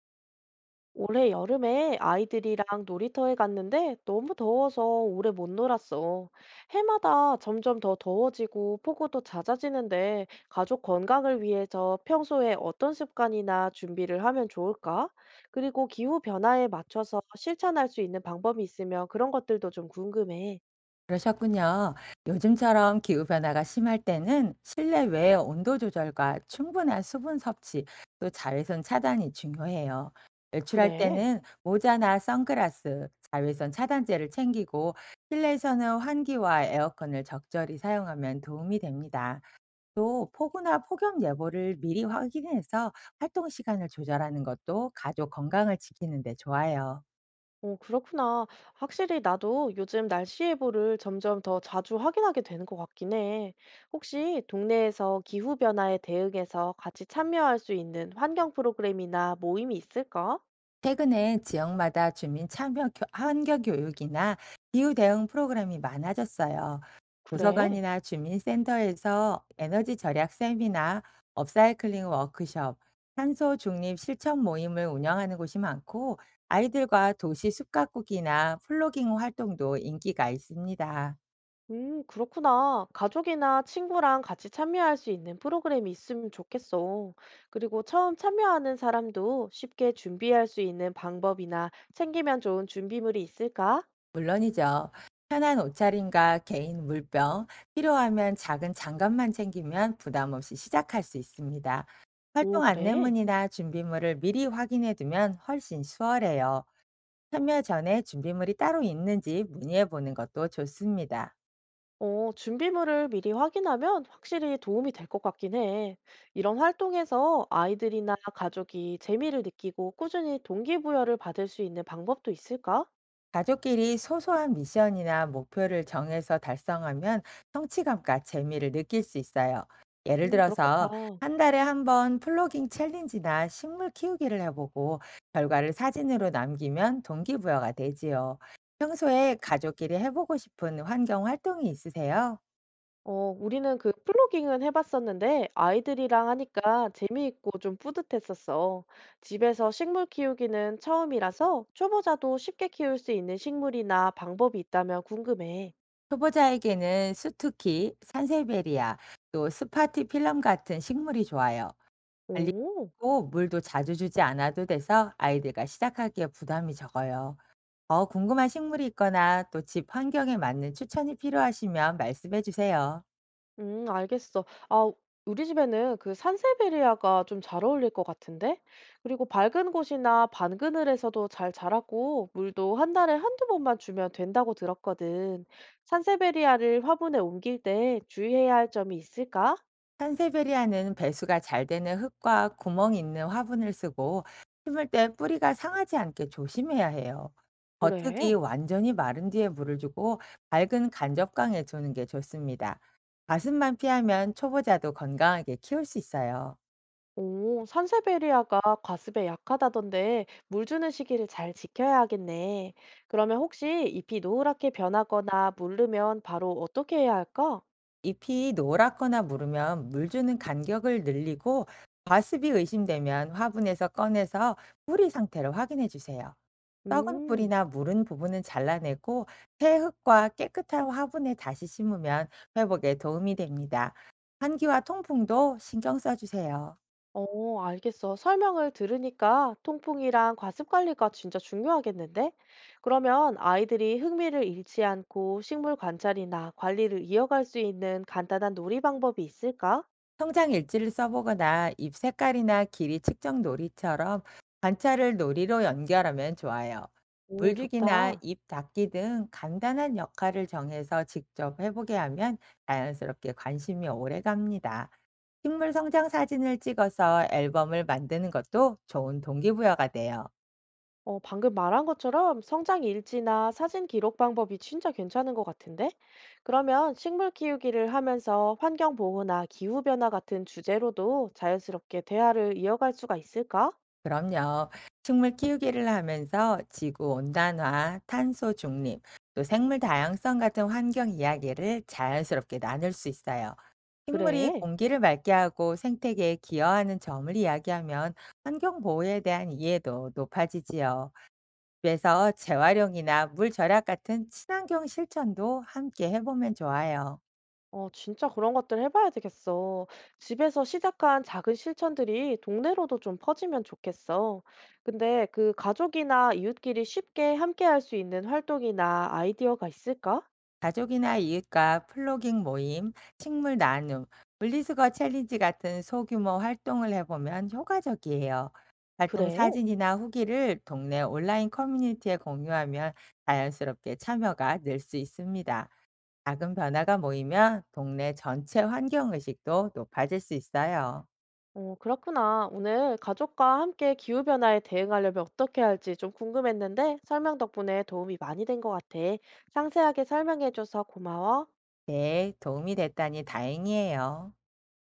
올해 여름에 아이들이랑 놀이터에 갔는데 너무 더워서 오래 못 놀았어. 해마다 점점 더 더워지고 폭우도 잦아지는데 가족 건강을 위해서 평소에 어떤 습관이나 준비를 하면 좋을까? 그리고 기후 변화에 맞춰서 실천할 수 있는 방법이 있으면 그런 것들도 좀 궁금해. 그러셨군요. 요즘처럼 기후변화가 심할 때는 실내외 온도 조절과 충분한 수분 섭취, 또 자외선 차단이 중요해요. 외출할 그래. 때는 모자나 선글라스, 자외선 차단제를 챙기고 실내에서는 환기와 에어컨을 적절히 사용하면 도움이 됩니다. 또 폭우나 폭염 예보를 미리 확인해서 활동 시간을 조절하는 것도 가족 건강을 지키는 데 좋아요. 오, 그렇구나. 확실히 나도 요즘 날씨 예보를 점점 더 자주 확인하게 되는 것 같긴 해. 혹시 동네에서 기후변화에 대응해서 같이 참여할 수 있는 환경 프로그램이나 모임이 있을까? 최근에 지역마다 주민 참여 환경 교육이나 기후 대응 프로그램이 많아졌어요. 그래. 도서관이나 주민센터에서 에너지 절약 세미나, 업사이클링 워크숍, 탄소 중립 실천 모임을 운영하는 곳이 많고 아이들과 도시 숲가꾸기나 플로깅 활동도 인기가 있습니다. 그렇구나. 가족이나 친구랑 같이 참여할 수 있는 프로그램이 있으면 좋겠어. 그리고 처음 참여하는 사람도 쉽게 준비할 수 있는 방법이나 챙기면 좋은 준비물이 있을까? 물론이죠. 편한 옷차림과 개인 물병, 필요하면 작은 장갑만 챙기면 부담 없이 시작할 수 있습니다. 오, 활동 그래. 안내문이나 준비물을 미리 확인해 두면 훨씬 수월해요. 참여 전에 준비물이 따로 있는지 문의해 보는 것도 좋습니다. 어, 준비물을 미리 확인하면 확실히 도움이 될 것 같긴 해. 이런 활동에서 아이들이나 가족이 재미를 느끼고 꾸준히 동기부여를 받을 수 있는 방법도 있을까? 가족끼리 소소한 미션이나 목표를 정해서 달성하면 성취감과 재미를 느낄 수 있어요. 예를 그렇겠다. 들어서 한 달에 한번 플로깅 챌린지나 식물 키우기를 해보고 결과를 사진으로 남기면 동기부여가 되지요. 평소에 가족끼리 해보고 싶은 환경 활동이 있으세요? 어, 우리는 그 플로깅은 해봤었는데 아이들이랑 하니까 재미있고 좀 뿌듯했었어. 집에서 식물 키우기는 처음이라서 초보자도 쉽게 키울 수 있는 식물이나 방법이 있다면 궁금해. 초보자에게는 수투키, 산세베리아, 또 스파티 필름 같은 식물이 좋아요. 관리가 오. 쉽고 물도 자주 주지 않아도 돼서 아이들과 시작하기에 부담이 적어요. 더 궁금한 식물이 있거나 또 집 환경에 맞는 추천이 필요하시면 말씀해 주세요. 알겠어. 아, 우리 집에는 그 산세베리아가 좀 잘 어울릴 것 같은데? 그리고 밝은 곳이나 반 그늘에서도 잘 자라고 물도 한 달에 한두 번만 주면 된다고 들었거든. 산세베리아를 화분에 옮길 때 주의해야 할 점이 있을까? 산세베리아는 배수가 잘 되는 흙과 구멍 있는 화분을 쓰고 심을 때 뿌리가 상하지 않게 조심해야 해요. 겉흙이 그래. 완전히 마른 뒤에 물을 주고 밝은 간접광에 두는 게 좋습니다. 가습만 피하면 초보자도 건강하게 키울 수 있어요. 오, 산세베리아가 과습에 약하다던데 물 주는 시기를 잘 지켜야 하겠네. 그러면 혹시 잎이 노랗게 변하거나 물르면 바로 어떻게 해야 할까? 잎이 노랗거나 무르면 물 주는 간격을 늘리고 과습이 의심되면 화분에서 꺼내서 뿌리 상태를 확인해 주세요. 썩은 음. 뿌리나 무른 부분은 잘라내고 새 흙과 깨끗한 화분에 다시 심으면 회복에 도움이 됩니다. 환기와 통풍도 신경 써주세요. 어, 알겠어. 설명을 들으니까 통풍이랑 과습 관리가 진짜 중요하겠는데? 그러면 아이들이 흥미를 잃지 않고 식물 관찰이나 관리를 이어갈 수 있는 간단한 놀이 방법이 있을까? 성장 일지를 써보거나 잎 색깔이나 길이 측정 놀이처럼 관찰을 놀이로 연결하면 좋아요. 오, 물주기나 좋다. 잎 닦기 등 간단한 역할을 정해서 직접 해보게 하면 자연스럽게 관심이 오래 갑니다. 식물 성장 사진을 찍어서 앨범을 만드는 것도 좋은 동기부여가 돼요. 어, 방금 말한 것처럼 성장 일지나 사진 기록 방법이 진짜 괜찮은 것 같은데? 그러면 식물 키우기를 하면서 환경 보호나 기후 변화 같은 주제로도 자연스럽게 대화를 이어갈 수가 있을까? 그럼요. 식물 키우기를 하면서 지구 온난화, 탄소 중립, 또 생물 다양성 같은 환경 이야기를 자연스럽게 나눌 수 있어요. 식물이 그래. 공기를 맑게 하고 생태계에 기여하는 점을 이야기하면 환경 보호에 대한 이해도 높아지지요. 그래서 재활용이나 물 절약 같은 친환경 실천도 함께 해보면 좋아요. 어, 진짜 그런 것들 해봐야 되겠어. 집에서 시작한 작은 실천들이 동네로도 좀 퍼지면 좋겠어. 근데 그 가족이나 이웃끼리 쉽게 함께 할 수 있는 활동이나 아이디어가 있을까? 가족이나 이웃과 플로깅 모임, 식물 나눔, 물리수거 챌린지 같은 소규모 활동을 해보면 효과적이에요. 활동 그래? 사진이나 후기를 동네 온라인 커뮤니티에 공유하면 자연스럽게 참여가 늘 수 있습니다. 작은 변화가 모이면 동네 전체 환경의식도 높아질 수 있어요. 어, 그렇구나. 오늘 가족과 함께 기후변화에 대응하려면 어떻게 할지 좀 궁금했는데 설명 덕분에 도움이 많이 된 것 같아. 상세하게 설명해줘서 고마워. 네, 도움이 됐다니 다행이에요.